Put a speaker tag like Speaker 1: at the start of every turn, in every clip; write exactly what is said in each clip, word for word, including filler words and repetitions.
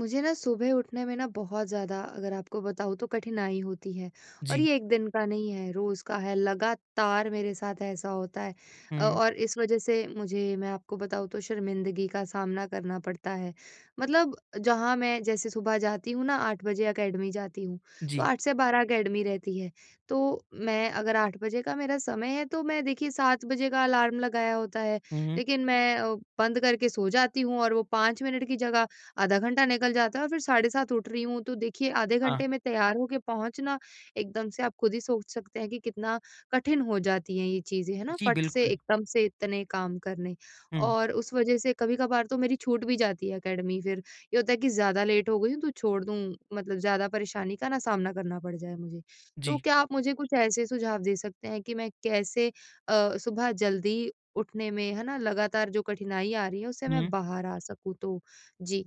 Speaker 1: मुझे ना सुबह उठने में ना बहुत ज़्यादा अगर आपको बताऊँ तो कठिनाई होती है और
Speaker 2: जी।
Speaker 1: ये एक दिन का नहीं है, रोज़ का है, लगातार मेरे साथ ऐसा होता है। अ,
Speaker 2: हुँ,
Speaker 1: और इस वज़ह से मुझे मैं आपको बताऊँ तो शर्मिंदगी का सामना करना पड़ता है। मतलब जहाँ मैं जैसे सुबह जाती हूँ ना आठ बजे अकेडमी जाती हूँ, तो
Speaker 2: जी।
Speaker 1: आठ से बारह अकेडमी रहती है। तो मैं अगर आठ बजे का मेरा समय है तो मैं देखिए सात बजे का अलार्म लगाया होता है,
Speaker 2: हुँ, हुँ।
Speaker 1: लेकिन मैं अ, बंद करके सो जाती हूँ और वो पाँच मिनट की जगह आधा घंटा निकल जाता है और फिर साढ़े सात उठ रही हूँ, तो देखिए आधे
Speaker 2: हाँ,
Speaker 1: घंटे में तैयार होके पहुँचना एकदम से आप खुद ही सोच सकते हैं कि कितना कठिन हो जाती हैं ये चीज़ें, है ना?
Speaker 2: जी
Speaker 1: फट से
Speaker 2: बिल्कुल।
Speaker 1: एकदम से इतने काम करने।
Speaker 2: हुँ,
Speaker 1: और उस वज़ह से कभी-कभार तो मेरी छूट भी जाती है अकेडमी, फिर ये होता है कि ज़्यादा लेट हो गई हूँ तो छोड़ दूँ, मतलब ज़्यादा परेशानी का ना सामना करना पड़ जाए मुझे। तो
Speaker 2: जी।
Speaker 1: क्या आप मुझे कुछ ऐसे सुझाव दे सकते हैं कि मैं कैसे अ, सुबह जल्दी उठने में, है ना, लगातार जो कठिनाई आ रही है उससे मैं
Speaker 2: हुँ।
Speaker 1: बाहर आ सकूँ तो? जी।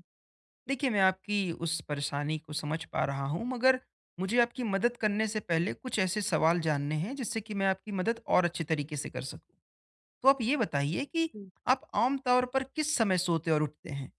Speaker 2: देखिए, मैं आपकी उस परेशानी को समझ पा रहा हूँ, मगर मुझे आपकी मदद करने से पहले कुछ ऐसे सवाल जानने हैं जिससे कि मैं आपकी मदद और अच्छे तरीके से कर सकूँ। तो आप ये बताइए कि
Speaker 1: हम्म।
Speaker 2: आप आम तौर पर किस समय सोते और उठते हैं?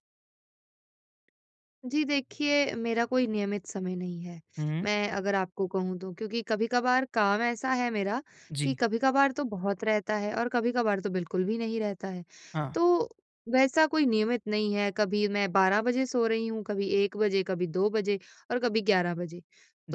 Speaker 1: जी देखिए, मेरा कोई नियमित समय नहीं है।
Speaker 2: हुँ,
Speaker 1: मैं अगर आपको कहूँ तो क्योंकि कभी-कभार काम ऐसा है मेरा कि
Speaker 2: जी।
Speaker 1: कभी-कभार तो बहुत रहता है और कभी-कभार तो बिल्कुल भी नहीं रहता है।
Speaker 2: हाँ,
Speaker 1: तो वैसा कोई नियमित नहीं है, कभी मैं बारह बजे सो रही हूँ, कभी एक बजे, कभी दो बजे और कभी ग्यारह बजे।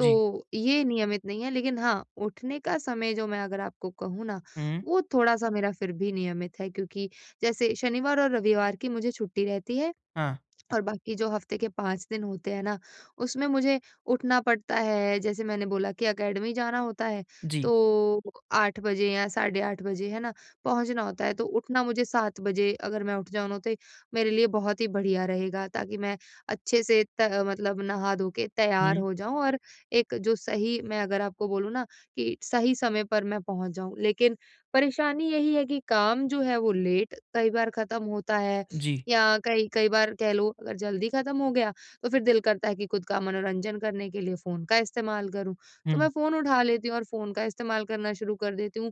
Speaker 2: जी।
Speaker 1: ये नियमित नहीं है, लेकिन हाँ, उठने का समय जो मैं अगर आपको कहूँ ना,
Speaker 2: हुँ,
Speaker 1: वो थोड़ा-सा मेरा फिर भी नियमित है, क्योंकि जैसे शनिवार और रविवार की मुझे छुट्टी रहती है।
Speaker 2: हाँ,
Speaker 1: और बाकी जो हफ्ते के पाँच दिन होते हैं ना, उसमें मुझे उठना पड़ता है, जैसे मैंने बोला कि अकेडमी जाना होता है,
Speaker 2: जी।
Speaker 1: तो आठ बजे या साढ़े आठ बजे, है ना, पहुँचना होता है, तो उठना मुझे सात बजे अगर मैं उठ जाऊँ ना, तो मेरे लिए बहुत ही बढ़िया रहेगा, ताकि मैं अच्छे से त मतलब नहा धो के
Speaker 2: हुँ,
Speaker 1: तैयार हो जाऊँ और एक जो सही मैं अगर आपको बोलूँ ना कि सही समय पर मैं पहुँच जाऊँ। लेकिन परेशानी यही है कि काम जो है, वो लेट कई बार खत्म होता है।
Speaker 2: जी।
Speaker 1: या कई कई बार कह लो अगर जल्दी ख़त्म हो गया, तो फिर दिल करता है कि खुद का मनोरंजन करने के लिए फ़ोन का इस्तेमाल करूँ। तो
Speaker 2: हुँ,
Speaker 1: मैं फ़ोन उठा लेती हूँ और फ़ोन का इस्तेमाल करना शुरू कर देती हूँ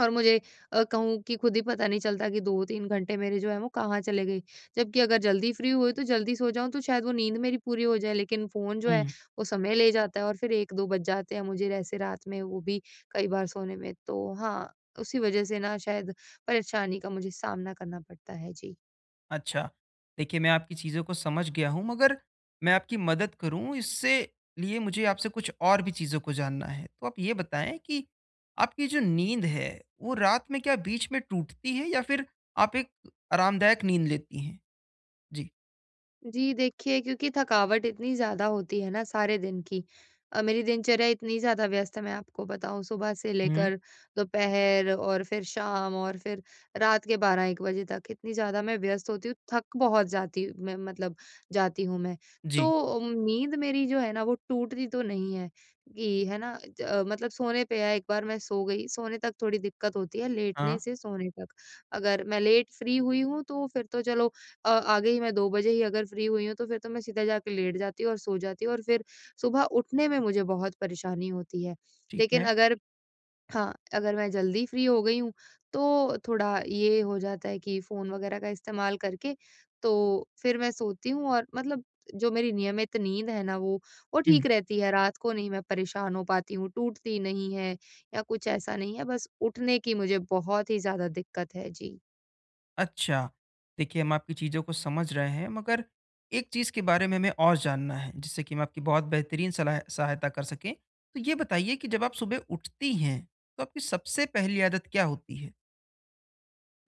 Speaker 1: और मुझे अ, कहूँ कि खुद ही पता नहीं चलता कि दो तीन घंटे मेरे जो हैं वो कहाँ चले गए। जबकि अगर जल्दी फ्री हुई तो जल्दी सो जाऊँ तो शायद वो नींद मेरी पूरी हो जाए, लेकिन फ़ोन जो है
Speaker 2: हुँ।
Speaker 1: वो समय ले जाता है और फिर एक दो बज जाते हैं मुझे ऐसे रात में वो भी कई बार सोने में। तो हाँ, उसी वज़ह से ना शायद परेशानी का मुझे सामना करना पड़ता है। जी।
Speaker 2: अच्छा। देखिए, मैं आपकी चीज़ों को समझ गया हूँ, मगर मैं आपकी मदद करूँ, इससे लिए मुझे आपसे कुछ और भी चीज़ों को जानना है। तो आप ये बताएँ कि आपकी जो नींद है, वो रात में क्या बीच में टूटती है, या फिर आप एक आरामदायक नींद लेती हैं? जी।
Speaker 1: जी देखिए, क्योंकि थकावट इतनी ज़्यादा होती है ना सारे दिन की। अ, मेरी दिनचर्या इतनी ज़्यादा व्यस्त है, मैं आपको बताऊँ, सुबह से
Speaker 2: हुँ।
Speaker 1: लेकर दोपहर और फिर शाम और फिर रात के बारह एक बजे तक इतनी ज़्यादा मैं व्यस्त होती हूँ, थक बहुत जाती मैं मतलब जाती हूँ मैं। तो
Speaker 2: जी।
Speaker 1: अम, नींद मेरी जो है ना वो टूटती तो नहीं है कि है ना ज अ, मतलब सोने पे है, एक बार मैं सो गई, सोने तक थोड़ी दिक्कत होती है
Speaker 2: हाँ,
Speaker 1: लेटने से सोने तक। अगर मैं लेट फ्री हुई हूँ तो फिर तो चलो अ, आ गई, मैं दो बजे ही अगर फ्री हुई हूँ तो फिर तो मैं सीधा जाके लेट जाती हूँ और सो जाती हूँ और फिर सुबह उठने में मुझे बहुत परेशानी होती है।
Speaker 2: ठीक
Speaker 1: लेकिन
Speaker 2: है।
Speaker 1: अगर हाँ, अगर मैं जल्दी फ्री हो गई हूँ तो थोड़ा ये हो जाता है कि फ़ोन वगैरह का इस्तेमाल करके तो फिर मैं सोती हूँ और मतलब जो मेरी नियमित नींद है ना वो, वो
Speaker 2: हुँ।
Speaker 1: ठीक रहती है, रात को नहीं मैं परेशान हो पाती हूँ, टूटती नहीं है या कुछ ऐसा नहीं है, बस उठने की मुझे बहुत ही ज़्यादा दिक्कत है। जी।
Speaker 2: अच्छा, देखिए, हम आपकी चीज़ों को समझ रहे हैं, मगर एक चीज़ के बारे में हमें और जानना है जिससे कि हम आपकी बहुत बेहतरीन सलाह सहायता कर सकें। तो ये बताइए कि जब आप सुबह उठती हैं, तो आपकी सबसे पहली आदत क्या होती है?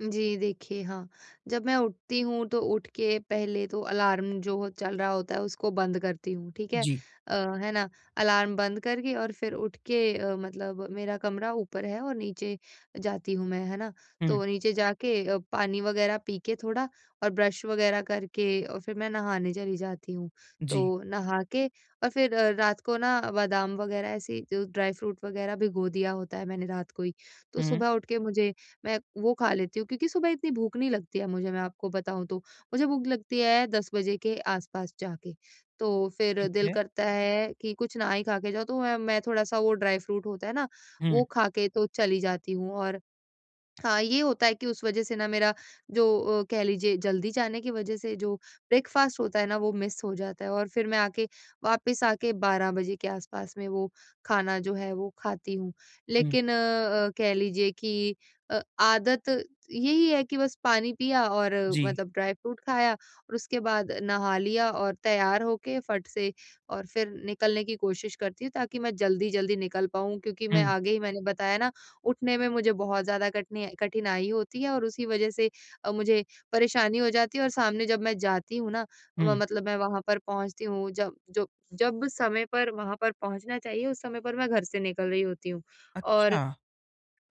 Speaker 1: जी, देखिए, हाँ, जब मैं उठती हूँ तो उठ के पहले तो अलार्म जो हो- चल रहा होता है उसको बंद करती हूँ, ठीक है?
Speaker 2: जी।
Speaker 1: अ, है ना? अलार्म बंद करके और फिर उठ के अ, मतलब मेरा कमरा ऊपर है और नीचे जाती हूँ मैं, है ना?
Speaker 2: हुँ,
Speaker 1: तो नीचे जाके अ, पानी वगैरह पी के थोड़ा और ब्रश वगैरह करके और फिर मैं नहाने चली जाती हूँ।
Speaker 2: जी।
Speaker 1: तो नहा के और फिर अ, रात को ना बादाम वगैरह ऐसी जो ड्राई फ्रूट वगैरह भिगो दिया होता है मैंने रात को ही, तो
Speaker 2: हुँ,
Speaker 1: सुबह उठ के मुझे मैं वो खा लेती हूँ, क्योंकि सुबह इतनी भूख नहीं लगती है मुझे, मैं आपको बताऊँ तो। मुझे भूख लगती है दस बजे के आस-पास जाके। तो फिर
Speaker 2: ठीक
Speaker 1: दिल
Speaker 2: है।
Speaker 1: करता है कि कुछ ना ही खा के जाओ, तो मैं मैं थोड़ा-सा वो ड्राई फ्रूट होता है ना,
Speaker 2: हुँ,
Speaker 1: वो खा के तो चली जाती हूँ और हाँ, ये होता है कि उस वज़ह से ना मेरा जो अ, कह लीजिए जल्दी जाने की वज़ह से जो ब्रेकफ़ास्ट होता है ना वो मिस हो जाता है और फिर मैं आके वापस आके बारह बजे के आस-पास में वो खाना जो है वो खाती हूँ।
Speaker 2: हुँ,
Speaker 1: लेकिन अ अ, कह लीजिए कि अ, आदत यही है कि बस पानी पिया और अ,
Speaker 2: जी।
Speaker 1: मतलब ड्राई फ्रूट खाया और उसके बाद नहा लिया और तैयार होके फट से और फिर निकलने की कोशिश करती हूँ ताकि मैं जल्दी-जल्दी निकल पाऊँ, क्योंकि
Speaker 2: हुँ,
Speaker 1: मैं आगे ही मैंने बताया ना उठने में मुझे बहुत ज़्यादा कठिन कठिनाई होती है और उसी वज़ह से अ, मुझे परेशानी हो जाती है और सामने जब मैं जाती हूँ ना
Speaker 2: हुँ।
Speaker 1: म मतलब मैं वहाँ पर पहुँचती हूँ, जब जो जब समय पर वहाँ पर पहुँचना चाहिए उस समय पर मैं घर से निकल रही होती हूँ। और
Speaker 2: अच्छा।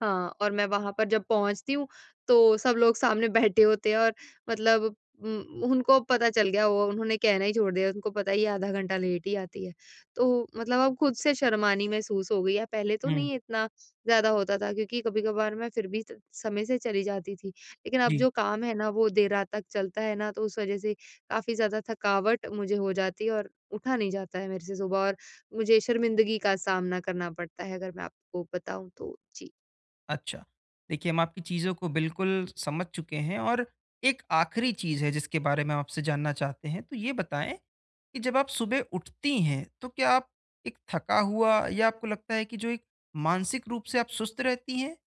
Speaker 1: हाँ, और मैं वहाँ पर जब पहुँचती हूँ, तो सब लोग सामने बैठे होते हैं और मतलब उम, उनको पता चल गया, वो उन्होंने कहना ही छोड़ दिया, उनको पता ही है आधा घंटा लेट ही आती है। तो मतलब अब खुद से शर्मानी महसूस हो गई है, पहले तो
Speaker 2: हुँ,
Speaker 1: नहीं इतना ज़्यादा होता था, क्योंकि कभी-कभार मैं फिर भी त समय से चली जाती थी। लेकिन अब
Speaker 2: जी।
Speaker 1: जो काम है ना, वो देर रात तक चलता है ना, तो उस वज़ह से काफ़ी ज़्यादा थकावट मुझे हो जाती है और उठा नहीं जाता है मेरे से सुबह और मुझे शर्मिंदगी का सामना करना पड़ता है, अगर मैं आपको बताऊँ तो। जी।
Speaker 2: अच्छा। देखिए, हम आपकी चीज़ों को बिल्कुल समझ चुके हैं और एक आखिरी चीज़ है जिसके बारे में हम आपसे जानना चाहते हैं। तो ये बताएँ कि जब आप सुबह उठती हैं, तो क्या आप एक थका हुआ, या आपको लगता है कि जो एक मानसिक रूप से आप सुस्त रहती हैं?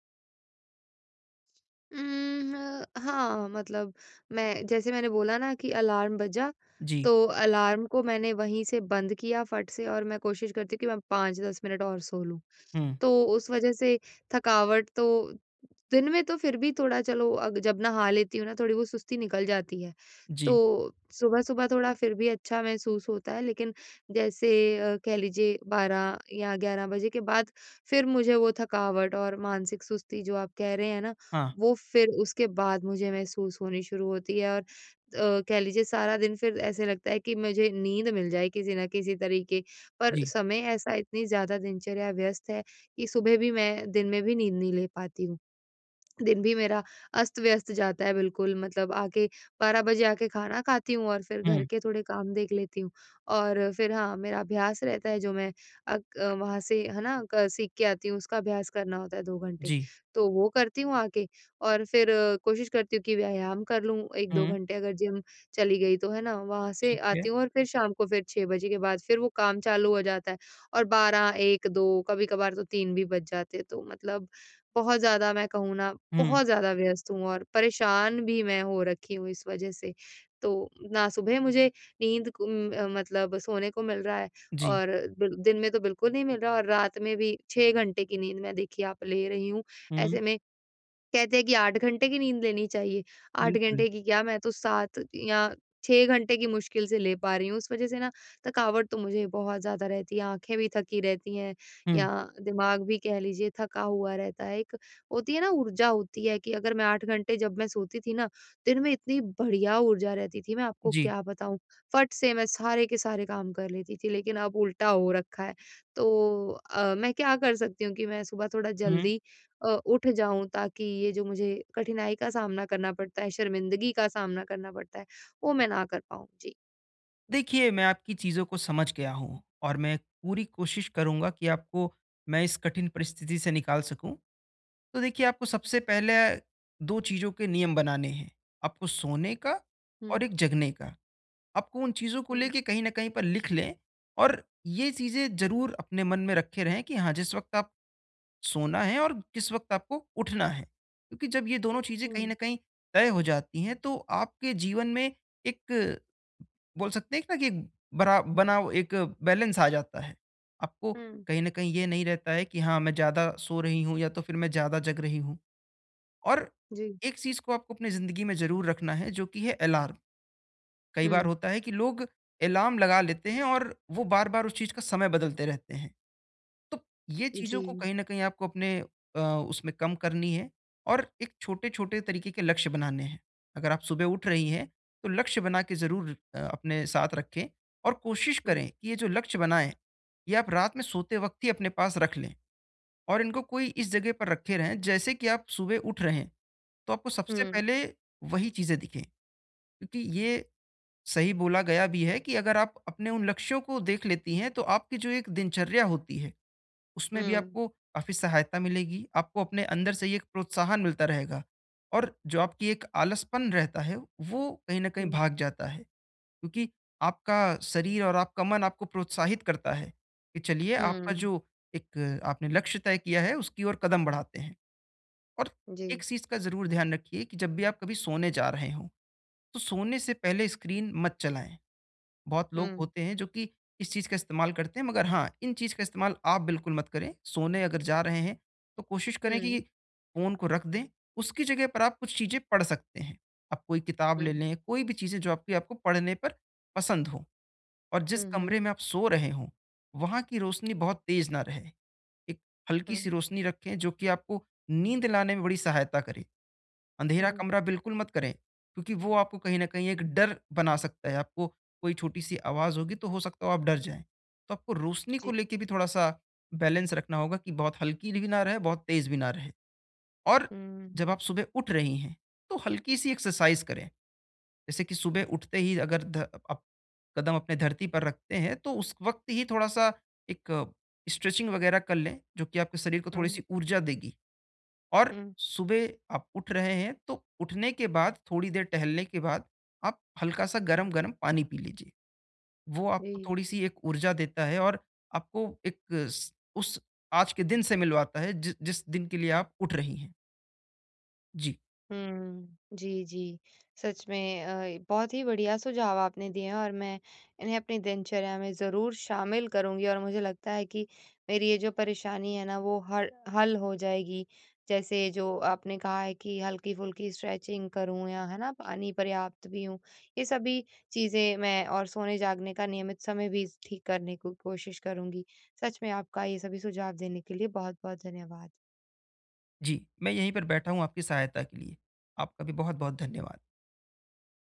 Speaker 1: उम, हाँ, मतलब मैं जैसे मैंने बोला ना कि अलार्म बजा,
Speaker 2: जी।
Speaker 1: तो अलार्म को मैंने वहीं से बंद किया फट से और मैं कोशिश करती हूँ कि मैं पाँच दस मिनट और सो लूँ।
Speaker 2: हुँ,
Speaker 1: तो उस वज़ह से थकावट तो दिन में तो फिर भी थोड़ा चलो अग जब नहा लेती हूँ ना थोड़ी वो सुस्ती निकल जाती है। तो
Speaker 2: जी।
Speaker 1: सुबह-सुबह थोड़ा फिर भी अच्छा महसूस होता है, लेकिन जैसे अ, कह लीजिए बारह या ग्यारह बजे के बाद फिर मुझे वो थकावट और मानसिक सुस्ती जो आप कह रहे हैं ना,
Speaker 2: हाँ,
Speaker 1: वो फिर उसके बाद मुझे महसूस होनी शुरू होती है और अ, कह लीजिए सारा दिन फिर ऐसे लगता है कि मुझे नींद मिल जाए किसी न किसी तरीके। पर
Speaker 2: जी।
Speaker 1: समय ऐसा, इतनी ज़्यादा दिनचर्या व्यस्त है कि सुबह भी मैं दिन में भी नींद नहीं ले पाती हूँ। दिन भी मेरा अस्त-व्यस्त जाता है बिल्कुल, मतलब आके बारह बजे आके खाना खाती हूँ और फिर घर
Speaker 2: हुँ,
Speaker 1: के थोड़े काम देख लेती हूँ। और फिर हाँ, मेरा अभ्यास रहता है जो मैं अक अ, वहाँ से, है ना, क सीख के आती हूँ उसका अभ्यास करना होता है दो घंटे।
Speaker 2: जी।
Speaker 1: तो वो करती हूँ आके और फिर अ, कोशिश करती हूँ कि व्यायाम कर लूँ एक दो
Speaker 2: हुँ,
Speaker 1: घंटे, अगर जिम चली गई तो, है ना, वहाँ से
Speaker 2: ठीक है।
Speaker 1: आती हूँ और फिर शाम को फिर छह बजे के बाद फिर वो काम चालू हो जाता है और बारह, एक, दो कभी-कभार तो तीन भी बज जाते हैं। तो मतलब बहुत ज़्यादा मैं कहूँ ना,
Speaker 2: हुँ,
Speaker 1: बहुत ज़्यादा व्यस्त हूँ और परेशान भी मैं हो रखी हूँ इस वज़ह से। तो ना सुबह मुझे नींद को उम, अ, मतलब सोने को मिल रहा है
Speaker 2: जी।
Speaker 1: और बिल दिन में तो बिल्कुल नहीं मिल रहा और रात में भी छह घंटे की नींद मैं देखिए आप ले रही हूँ।
Speaker 2: हुँ,
Speaker 1: ऐसे में कहते हैं कि आठ घंटे की नींद लेनी चाहिए। आठ
Speaker 2: बिल्कुल।
Speaker 1: घंटे की क्या, मैं तो सात या छह घंटे की मुश्किल से ले पा रही हूँ। उस वज़ह से ना थकावट तो मुझे बहुत ज़्यादा रहती है, आँखें भी थकी रहती हैं या
Speaker 2: हुँ,
Speaker 1: दिमाग भी कह लीजिए थका हुआ रहता है। एक होती है ना ऊर्जा, होती है कि अगर मैं आठ घंटे जब मैं सोती थी ना, दिन में इतनी बढ़िया ऊर्जा रहती थी, मैं आपको
Speaker 2: जी।
Speaker 1: क्या बताऊँ? फट से मैं सारे के सारे काम कर लेती थी, लेकिन अब उल्टा हो रखा है। तो अ, मैं क्या कर सकती हूँ कि मैं सुबह थोड़ा
Speaker 2: हुँ।
Speaker 1: जल्दी अ, उठ जाऊँ ताकि ये जो मुझे कठिनाई का सामना करना पड़ता है, शर्मिंदगी का सामना करना पड़ता है, वो मैं ना कर पाऊँ। जी।
Speaker 2: देखिए, मैं आपकी चीज़ों को समझ गया हूँ और मैं पूरी कोशिश करूँगा कि आपको मैं इस कठिन परिस्थिति से निकाल सकूँ। तो देखिए, आपको सबसे पहले दो चीज़ों के नियम बनाने हैं, आपको सोने का और
Speaker 1: हुँ,
Speaker 2: एक जगने का। आपको उन चीज़ों को
Speaker 1: हुँ,
Speaker 2: लेके कहीं न कहीं पर लिख लें और ये चीज़ें ज़रूर अपने मन में रखे रहें कि हाँ, जिस वक़्त आप सोना है और किस वक़्त आपको उठना है। क्योंकि जब ये दोनों चीज़ें कहीं न
Speaker 1: हुँ।
Speaker 2: कहीं तय हो जाती हैं, तो आपके जीवन में एक, बोल सकते हैं कि ना, कि एक बरा बना एक बैलेंस आ जाता है। आपको
Speaker 1: हुँ।
Speaker 2: कहीं न कहीं ये नहीं रहता है कि हाँ, मैं ज़्यादा सो रही हूँ, या तो फिर मैं ज़्यादा जग रही हूँ। और
Speaker 1: जी।
Speaker 2: एक चीज़ को आपको अपनी ज़िंदगी में ज़रूर रखना है, जो कि है अलार्म। कई बार
Speaker 1: हुँ।
Speaker 2: होता है कि लोग अलार्म लगा लेते हैं और वो बार-बार उस चीज़ का समय बदलते रहते हैं। तो ये चीज़ों को
Speaker 1: जी।
Speaker 2: कहीं न कहीं आपको अपने अ, उसमें कम करनी है और एक छोटे-छोटे तरीके के लक्ष्य बनाने हैं। अगर आप सुबह उठ रही हैं, तो लक्ष्य बना के ज़रूर अ, अपने साथ रखें और कोशिश
Speaker 1: हुँ।
Speaker 2: करें कि ये जो लक्ष्य बनाएँ, ये आप रात में सोते वक़्त ही अपने पास रख लें और इनको कोई इस जगह पर रखे रहें, जैसे कि आप सुबह उठ रहे हैं, तो आपको सबसे
Speaker 1: हुँ,
Speaker 2: पहले वही चीज़ें दिखें। क्योंकि ये सही बोला गया भी है कि अगर आप अपने उन लक्ष्यों को देख लेती हैं, तो आपकी जो एक दिनचर्या होती है, उसमें भी
Speaker 1: हुँ,
Speaker 2: आपको काफ़ी सहायता मिलेगी, आपको अपने अंदर से ही एक प्रोत्साहन मिलता रहेगा और जो आपकी एक आलसपन रहता है, वो कहीं न कहीं
Speaker 1: हुँ।
Speaker 2: भाग जाता है। क्योंकि आपका शरीर और आपका मन आपको प्रोत्साहित करता है कि चलिए, आपका
Speaker 1: हुँ।
Speaker 2: जो एक आपने लक्ष्य तय किया है, उसकी ओर कदम बढ़ाते हैं। और
Speaker 1: जी।
Speaker 2: एक चीज़ का ज़रूर ध्यान रखिए कि जब भी आप कभी सोने जा रहे हों, तो सोने से पहले स्क्रीन मत चलाएँ। बहुत लोग
Speaker 1: हुँ,
Speaker 2: होते हैं जो कि इस चीज़ का इस्तेमाल करते हैं, मगर हाँ, इन चीज़ का इस्तेमाल आप बिल्कुल मत करें। सोने अगर जा रहे हैं, तो कोशिश करें कि
Speaker 1: हुँ,
Speaker 2: फ़ोन को रख दें, उसकी जगह पर आप कुछ चीज़ें पढ़ सकते हैं। आप कोई किताब ले
Speaker 1: हुँ,
Speaker 2: लें, कोई भी चीज़ें जो आपकी, आपको पढ़ने पर पसंद हो और जिस
Speaker 1: हुँ,
Speaker 2: कमरे
Speaker 1: हुँ,
Speaker 2: में आप सो रहे हों, वहाँ की रोशनी बहुत तेज़ ना रहे। एक हल्की-सी
Speaker 1: हुँ,
Speaker 2: रोशनी रखें, जो कि आपको नींद लाने में बड़ी सहायता करे। अंधेरा
Speaker 1: हुँ,
Speaker 2: कमरा बिल्कुल मत करें, क्योंकि वो आपको कहीं न कहीं एक डर बना सकता है। आपको कोई छोटी-सी आवाज़ होगी, तो हो सकता हो आप डर जाएँ। तो आपको रोशनी को
Speaker 1: जी।
Speaker 2: लेके भी थोड़ा-सा बैलेंस रखना होगा कि बहुत हल्की भी ना रहे, बहुत तेज़ भी ना रहे। और
Speaker 1: हुँ,
Speaker 2: जब आप सुबह उठ रही हैं, तो हल्की-सी एक्सरसाइज़ करें। जैसे कि सुबह उठते ही अगर ध आप कदम अपने धरती पर रखते हैं, तो उस वक़्त ही थोड़ा-सा एक स्ट्रेचिंग वग़ैरह कर लें, जो कि आपके शरीर को
Speaker 1: हुँ,
Speaker 2: थोड़ी-सी ऊर्जा देगी। और
Speaker 1: हुँ,
Speaker 2: सुबह आप उठ रहे हैं, तो उठने के बाद थोड़ी देर टहलने के बाद आप हल्का सा गरम-गरम पानी पी लीजिए। वो आपको
Speaker 1: जी।
Speaker 2: थोड़ी-सी एक ऊर्जा देता है और आपको एक स उस आज के दिन से मिलवाता है, जि जिस दिन के लिए आप उठ रही हैं। जी,
Speaker 1: हुँ। जी, जी। सच में अ, बहुत ही बढ़िया सुझाव आपने दिए हैं और मैं इन्हें अपनी दिनचर्या में ज़रूर शामिल करूँगी और मुझे लगता है कि मेरी ये जो परेशानी है ना वो हर हल हो जाएगी। जैसे जो आपने कहा है कि हल्की-फुल्की स्ट्रेचिंग करूँ या, है ना, पानी पर्याप्त पीऊँ। ये सभी चीज़ें मैं और सोने-जागने का नियमित समय भी ठीक करने की कोशिश करूँगी। सच में आपका ये सभी सुझाव देने के लिए बहुत-बहुत धन्यवाद।
Speaker 2: जी। मैं यहीं पर बैठा हूँ आपकी सहायता के लिए। आपका भी बहुत-बहुत धन्यवाद।